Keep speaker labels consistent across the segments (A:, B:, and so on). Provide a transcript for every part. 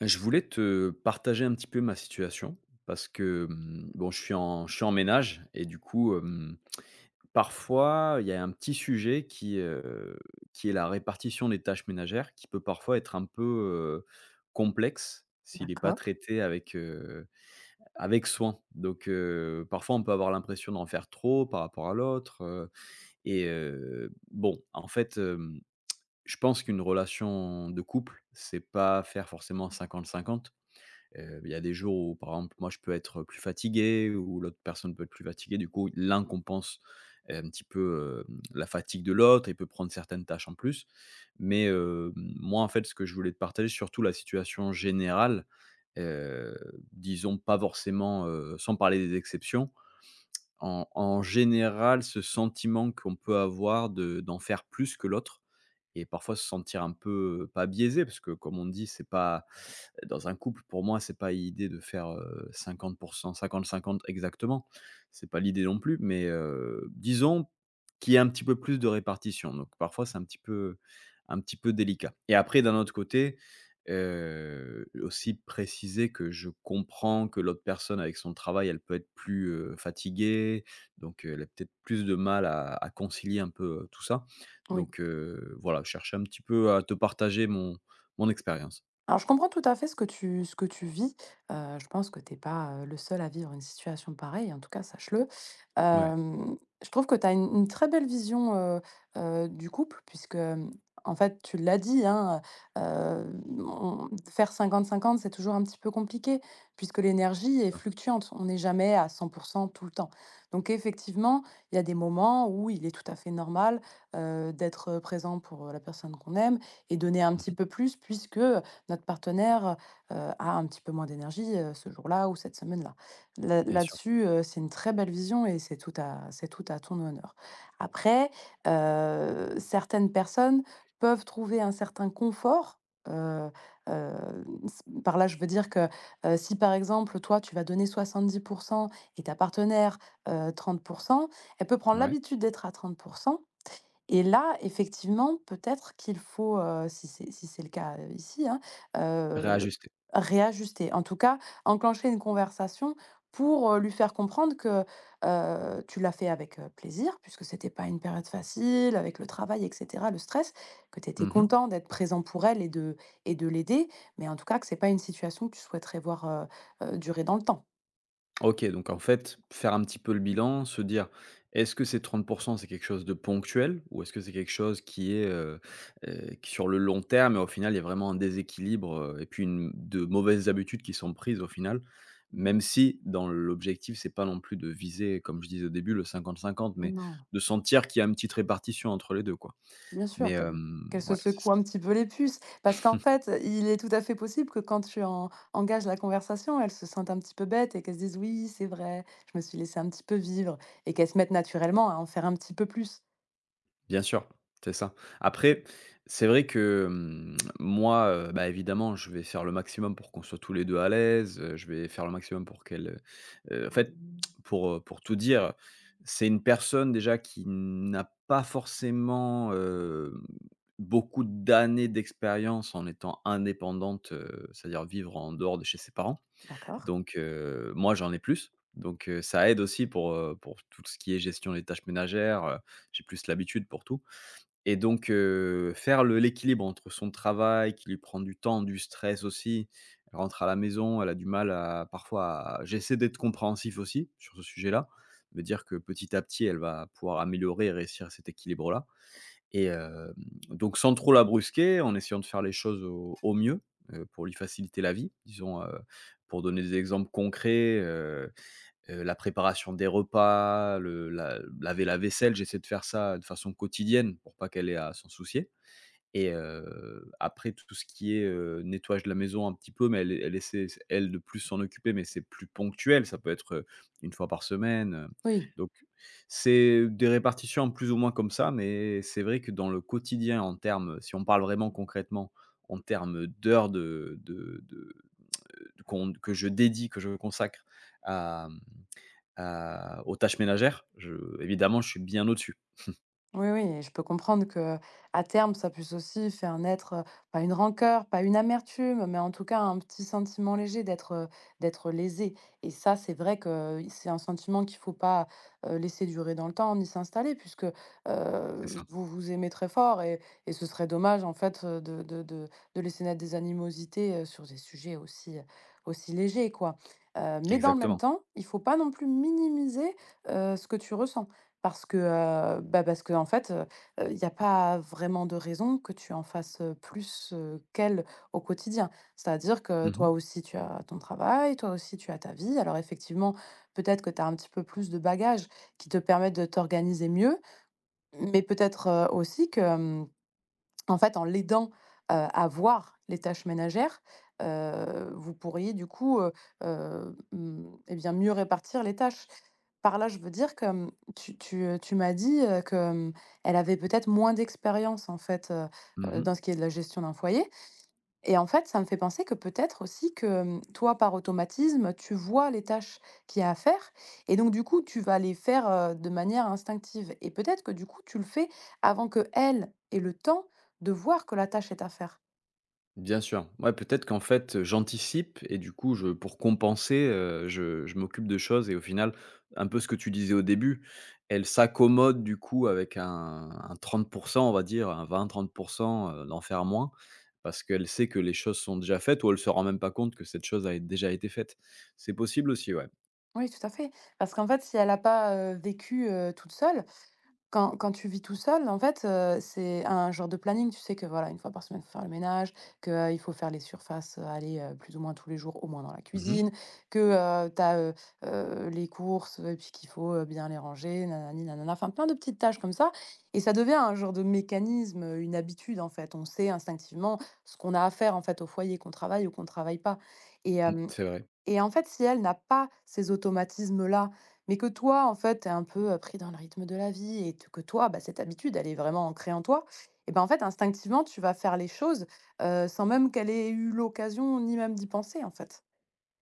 A: Je voulais te partager un petit peu ma situation parce que, bon, je suis en ménage et du coup, parfois, il y a un petit sujet qui est la répartition des tâches ménagères qui peut parfois être un peu, heu, complexe s'il n'est pas
B: D'accord,
A: traité avec soin. Donc parfois, on peut avoir l'impression d'en faire trop par rapport à l'autre, et bon, en fait, je pense qu'une relation de couple, c'est pas faire forcément 50-50. Il y a des jours où, par exemple, moi, je peux être plus fatigué ou l'autre personne peut être plus fatiguée. Du coup, l'un compense, un petit peu, la fatigue de l'autre et peut prendre certaines tâches en plus. Mais, moi, en fait, ce que je voulais te partager, surtout la situation générale, heu, disons pas forcément, sans parler des exceptions, en général, ce sentiment qu'on peut avoir de d'en faire plus que l'autre et parfois se sentir un peu, pas biaisé parce que, comme on dit, c'est pas dans un couple, pour moi, c'est pas l'idée de faire, 50 50-50 exactement. C'est pas l'idée non plus, mais, disons qu'il y a un petit peu plus de répartition. Donc parfois, c'est un petit peu délicat. Et après, d'un autre côté, aussi préciser que je comprends que l'autre personne avec son travail, elle peut être plus, fatiguée, donc elle a peut-être plus de mal à concilier un peu, tout ça.
B: oui.
A: Donc, voilà, chercher un petit peu à te partager mon expérience.
B: Alors, je comprends tout à fait ce que tu vis. Je pense que tu es pas, le seul à vivre une situation pareille, en tout cas, sache-le.
A: Ouais.
B: Hem, je trouve que tu as une très belle vision, du couple puisque, en fait, tu l'as dit, hein, heu, on faire cinquante cinquante c'est toujours un petit peu compliqué puisque l'énergie est fluctuante. On n'est jamais à cent pour 100 tout le temps. Donc effectivement, il y a des moments où il est tout à fait normal, d'être présent pour la personne qu'on aime et donner un
A: Mmh
B: petit
A: mh.
B: peu plus puisque notre partenaire, a un petit peu moins d'énergie, ce jour-là ou cette semaine-là. Là
A: Bien sûr,
B: là-dessus, c'est une très belle vision et c'est tout à ton honneur. Après, certaines personnes peuvent trouver un certain confort, heu, heu, s par là, je veux dire que, si par exemple, toi, tu vas donner 70 et ta partenaire, 30, elle peut prendre
A: ouais.
B: l'habitude d'être à 30, et là, effectivement, peut-être qu'il faut, si c'est le cas, ici, hein, heu,
A: Réajuster.
B: réajuster. En tout cas, enclencher une conversation pour, lui faire comprendre que, tu l'as fait avec, plaisir puisque c'était pas une période facile avec le travail et cetera, le stress, que tu étais
A: Mmh mh.
B: content d'être présent pour elle et de l'aider, mais en tout cas que c'est pas une situation que tu souhaiterais voir, durer dans le temps.
A: OK, donc en fait, faire un petit peu le bilan, se dire : « Est-ce que ces 30%, c'est quelque chose de ponctuel ou est-ce que c'est quelque chose qui est, qui sur le long terme ? » Et au final, il y a vraiment un déséquilibre, et puis une de mauvaises habitudes qui sont prises au final. Même si dans l'objectif, c'est pas non plus de viser, comme je disais au début, le 50-50, mais
B: Non.
A: de sentir qu'il y a une petite répartition entre les 2, quoi.
B: Bien
A: Mais,
B: sûr, qu'elle qu'elle se
A: ouais, c'est ça.
B: secoue un petit peu les puces. Parce qu'en fait, il est tout à fait possible que quand tu en engages la conversation, elle se sente un petit peu bête et qu'elle se dise: «Oui, c'est vrai, je me suis laissée un petit peu vivre» et qu'elle se mette naturellement à en faire un petit peu plus.
A: Bien sûr, c'est ça. Après, c'est vrai que, moi, bah, évidemment, je vais faire le maximum pour qu'on soit tous les 2 à l'aise, je vais faire le maximum pour qu'elle, en fait, pour tout dire, c'est une personne déjà qui n'a pas forcément, beaucoup d'années d'expérience en étant indépendante, c'est-à-dire vivre en dehors de chez ses parents.
B: D'accord.
A: Donc moi, j'en ai plus. Donc ça aide aussi pour tout ce qui est gestion des tâches ménagères, j'ai plus l'habitude pour tout. Et donc, faire le l'équilibre entre son travail qui lui prend du temps, du stress aussi. Elle rentre à la maison, elle a du mal à parfois à j'essaie d'être compréhensif aussi sur ce sujet-là, me dire que petit à petit elle va pouvoir améliorer et réussir cet équilibre-là et donc sans trop la brusquer, en essayant de faire les choses au mieux, pour lui faciliter la vie, disons, pour donner des exemples concrets, la préparation des repas, le la laver la vaisselle, j'essaie de faire ça de façon quotidienne pour pas qu'elle ait à s'en soucier, et après tout ce qui est, nettoyage de la maison un petit peu, mais elle essaie elle de plus s'en occuper, mais c'est plus ponctuel, ça peut être, une fois par semaine,
B: Oui.
A: donc c'est des répartitions plus ou moins comme ça, mais c'est vrai que dans le quotidien en termes, si on parle vraiment concrètement, en termes d'heures, qu'on que je dédie, que je consacre à, aux tâches ménagères, je évidemment, je suis bien au-dessus.
B: Oui, oui, et je peux comprendre que à terme, ça puisse aussi faire naître, pas une rancœur, pas une amertume, mais en tout cas un petit sentiment léger d'être, d'être lésé, et ça, c'est vrai que c'est un sentiment qu'il faut pas, laisser durer dans le temps ni s'installer puisque,
A: C'est ça.
B: vous vous aimez très fort et ce serait dommage, en fait, de laisser naître des animosités, sur des sujets aussi, aussi légers, quoi, mais dans le même
A: Exactement.
B: temps, il faut pas non plus minimiser, ce que tu ressens. Parce que, parce que en fait, il y a pas vraiment de raison que tu en fasses, plus, qu'elle au quotidien. C'est-à-dire que
A: Mmh
B: toi
A: mh.
B: aussi tu as ton travail, toi aussi tu as ta vie. Alors effectivement, peut-être que tu as un petit peu plus de bagages qui te permettent de t'organiser mieux, mais peut-être, aussi que, en fait, en l'aidant, à voir les tâches ménagères, vous pourriez du coup, mmh, et bien mieux répartir les tâches. Par là, je veux dire que, tu m'as dit, que, elle avait peut-être moins d'expérience en fait,
A: Mmh.
B: dans ce qui est de la gestion d'un foyer, et en fait, ça me fait penser que peut-être aussi que, toi, par automatisme, tu vois les tâches qu'il y a à faire, et donc du coup, tu vas les faire, de manière instinctive, et peut-être que du coup, tu le fais avant que elle ait le temps de voir que la tâche est à faire.
A: Bien sûr. Ouais, peut-être qu'en fait, j'anticipe et du coup, je pour compenser, je m'occupe de choses et au final, un peu ce que tu disais au début, elle s'accommodent du coup avec un 30%, on va dire, un 20-30, d'en faire moins parce qu'elle sait que les choses sont déjà faites ou elle se rend même pas compte que cette chose a déjà été faite. C'est possible aussi, ouais.
B: Oui, tout à fait, parce qu'en fait, si elle a pas, vécu, toute seule. Quand tu vis tout seul, en fait, c'est un genre de planning. Tu sais que, voilà, une fois par semaine, il faut faire le ménage, que, il faut faire les surfaces, aller, plus ou moins tous les jours, au moins dans la
A: Mmh mh.
B: cuisine, que, tu as, les courses, et puis qu'il faut, bien les ranger, nanani nanana, enfin plein de petites tâches comme ça, et ça devient un genre de mécanisme, une habitude, en fait. On sait instinctivement ce qu'on a à faire, en fait, au foyer, qu'on travaille ou qu'on travaille pas, et
A: Mmh,
B: hem
A: c'est vrai.
B: et en fait, si elle n'a pas ces automatismes-là, mais que toi, en fait, tu es un peu, pris dans le rythme de la vie et t que toi, bah, cette habitude, elle est vraiment ancrée en toi, et ben, en fait, instinctivement, tu vas faire les choses, sans même qu'elle ait eu l'occasion ni même d'y penser, en fait.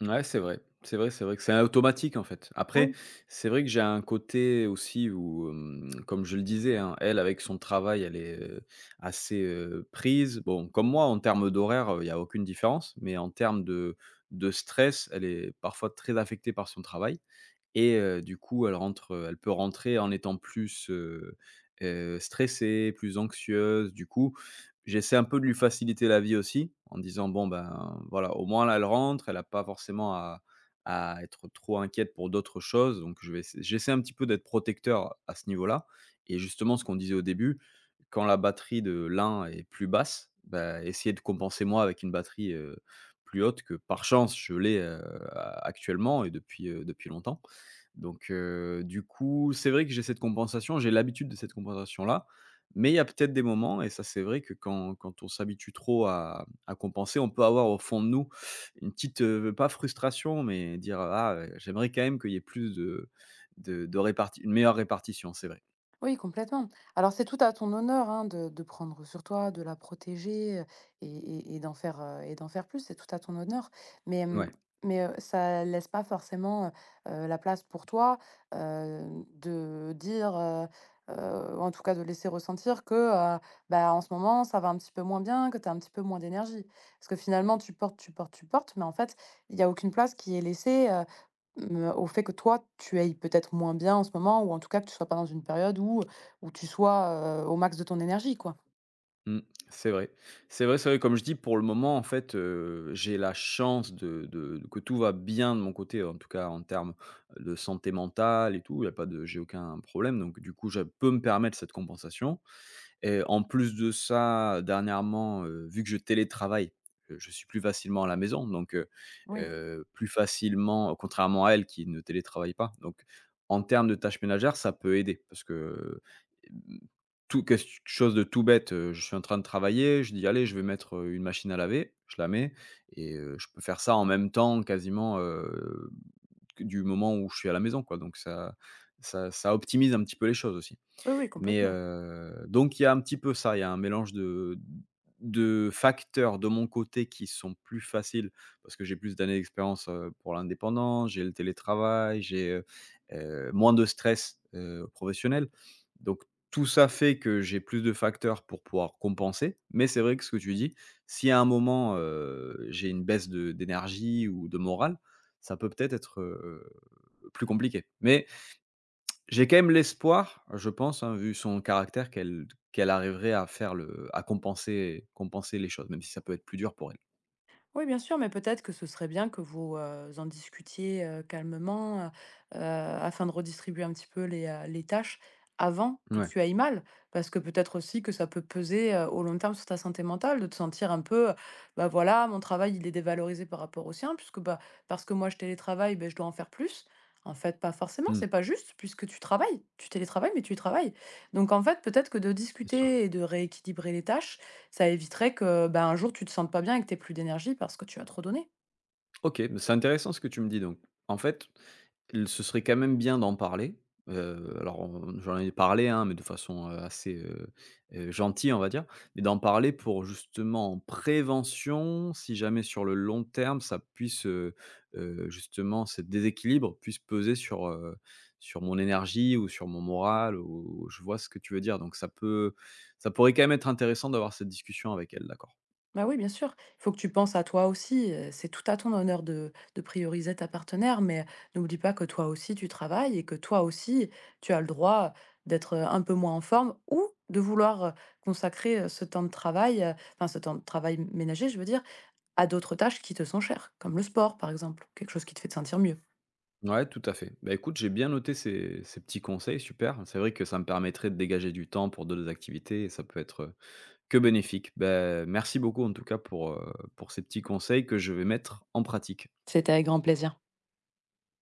A: Ouais, c'est vrai. C'est vrai, c'est vrai que c'est automatique, en fait. Après, c'est vrai que j'ai un côté aussi où, comme je le disais, hein, elle, avec son travail, elle est, assez, prise. Bon, comme moi, en termes d'horaire, il y a aucune différence, mais en termes de stress, elle est parfois très affectée par son travail. Et du coup, elle rentre, elle peut rentrer en étant plus, stressée, plus anxieuse. Du coup, j'essaie un peu de lui faciliter la vie aussi, en disant : « Bon, ben, voilà, au moins là, elle rentre, elle a pas forcément à être trop inquiète pour d'autres choses ». Donc je vais ess j'essaie un petit peu d'être protecteur à ce niveau-là, et justement, ce qu'on disait au début, quand la batterie de l'un est plus basse, bah, essayer de compenser moi avec une batterie, plus haute que par chance je l'ai, actuellement et depuis longtemps. Donc du coup, c'est vrai que j'ai cette compensation, j'ai l'habitude de cette compensation-là, mais il y a peut-être des moments et ça, c'est vrai que quand on s'habitue trop à compenser, on peut avoir au fond de nous une petite, pas frustration, mais dire : « Ah, j'aimerais quand même qu'il y ait plus de réparti une meilleure répartition », c'est vrai.
B: Oui, complètement. Alors, c'est tout à ton honneur hein, de prendre sur toi, de la protéger, et d'en faire plus. C'est tout à ton honneur. Mais, hum,
A: Ouais.
B: mais ça laisse pas forcément la place pour toi de dire, en tout cas de laisser ressentir que bah, en ce moment, ça va un petit peu moins bien, que tu as un petit peu moins d'énergie. Parce que finalement, tu portes, tu portes, tu portes, mais en fait, il n'y a aucune place qui est laissée. Mmh, au fait que toi, tu ailles peut-être moins bien en ce moment, ou en tout cas que tu sois pas dans une période où tu sois, au max de ton énergie, quoi.
A: Mmh, c'est vrai. C'est vrai, c'est vrai. Comme je dis, pour le moment, en fait, j'ai la chance de que tout va bien de mon côté, en tout cas en termes de santé mentale et tout. Il y a pas de J'ai aucun problème, donc du coup, je peux me permettre cette compensation. Et en plus de ça, dernièrement, vu que je télétravaille, je suis plus facilement à la maison, donc
B: Oui.
A: plus facilement contrairement à elle qui ne télétravaille pas, donc en termes de tâches ménagères, ça peut aider parce que, hem, tout quelque chose de tout bête, je suis en train de travailler, je dis : « Allez, je vais mettre, une machine à laver », je la mets et je peux faire ça en même temps quasiment, que du moment où je suis à la maison, quoi, donc ça optimise un petit peu les choses aussi.
B: Oui, oui,
A: Mais
B: complètement.
A: donc il y a un petit peu ça, il y a un mélange de facteurs de mon côté qui sont plus faciles parce que j'ai plus d'années d'expérience, pour l'indépendant, j'ai le télétravail, j'ai, moins de stress, professionnel. Donc tout ça fait que j'ai plus de facteurs pour pouvoir compenser. Mais c'est vrai que ce que tu dis, si à un moment, j'ai une baisse de d'énergie ou de morale, ça peut peut-être être, plus compliqué. Mais j'ai quand même l'espoir, je pense, hein, vu son caractère qu'elle arriverait à faire le à compenser les choses, même si ça peut être plus dur pour elle.
B: Oui, bien sûr, mais peut-être que ce serait bien que vous, en discutiez calmement, afin de redistribuer un petit peu les tâches avant que
A: Ouais,
B: tu ailles mal, parce que peut-être aussi que ça peut peser au long terme sur ta santé mentale, de te sentir un peu, bah voilà, mon travail, il est dévalorisé par rapport au sien, puisque bah, parce que moi je télétravaille, ben, je dois en faire plus. En fait, pas forcément,
A: mmh,
B: c'est pas juste, puisque tu travailles, tu télétravailles, mais tu y travailles. Donc en fait, peut-être que de
A: bien sûr.
B: discuter et de rééquilibrer les tâches, ça éviterait que, bah, un jour, tu te sentes pas bien et que t'aies plus d'énergie parce que tu as trop donné.
A: OK, mais c'est intéressant ce que tu me dis donc. En fait, L ce serait quand même bien d'en parler. Alors on j'en ai parlé, hein, mais de façon, assez, gentille, on va dire. Mais d'en parler pour justement en prévention, si jamais sur le long terme, ça puisse, justement, ce déséquilibre puisse peser sur, sur mon énergie ou sur mon moral, ou je vois ce que tu veux dire. Donc ça pourrait quand même être intéressant d'avoir cette discussion avec elle, d'accord.
B: Bah, oui, bien sûr. Il faut que tu penses à toi aussi, c'est tout à ton honneur de prioriser ta partenaire, mais n'oublie pas que toi aussi tu travailles et que toi aussi tu as le droit d'être, un peu moins en forme ou de vouloir, consacrer, ce temps de travail, enfin ce temps de travail ménager, je veux dire, à d'autres tâches qui te sont chères, comme le sport par exemple, quelque chose qui te fait te sentir mieux.
A: Ouais, tout à fait. Bah, écoute, j'ai bien noté ces petits conseils, super. C'est vrai que ça me permettrait de dégager du temps pour d'autres activités et ça peut être que bénéfique. Bah, merci beaucoup en tout cas pour ces petits conseils que je vais mettre en pratique.
B: C'était avec grand plaisir.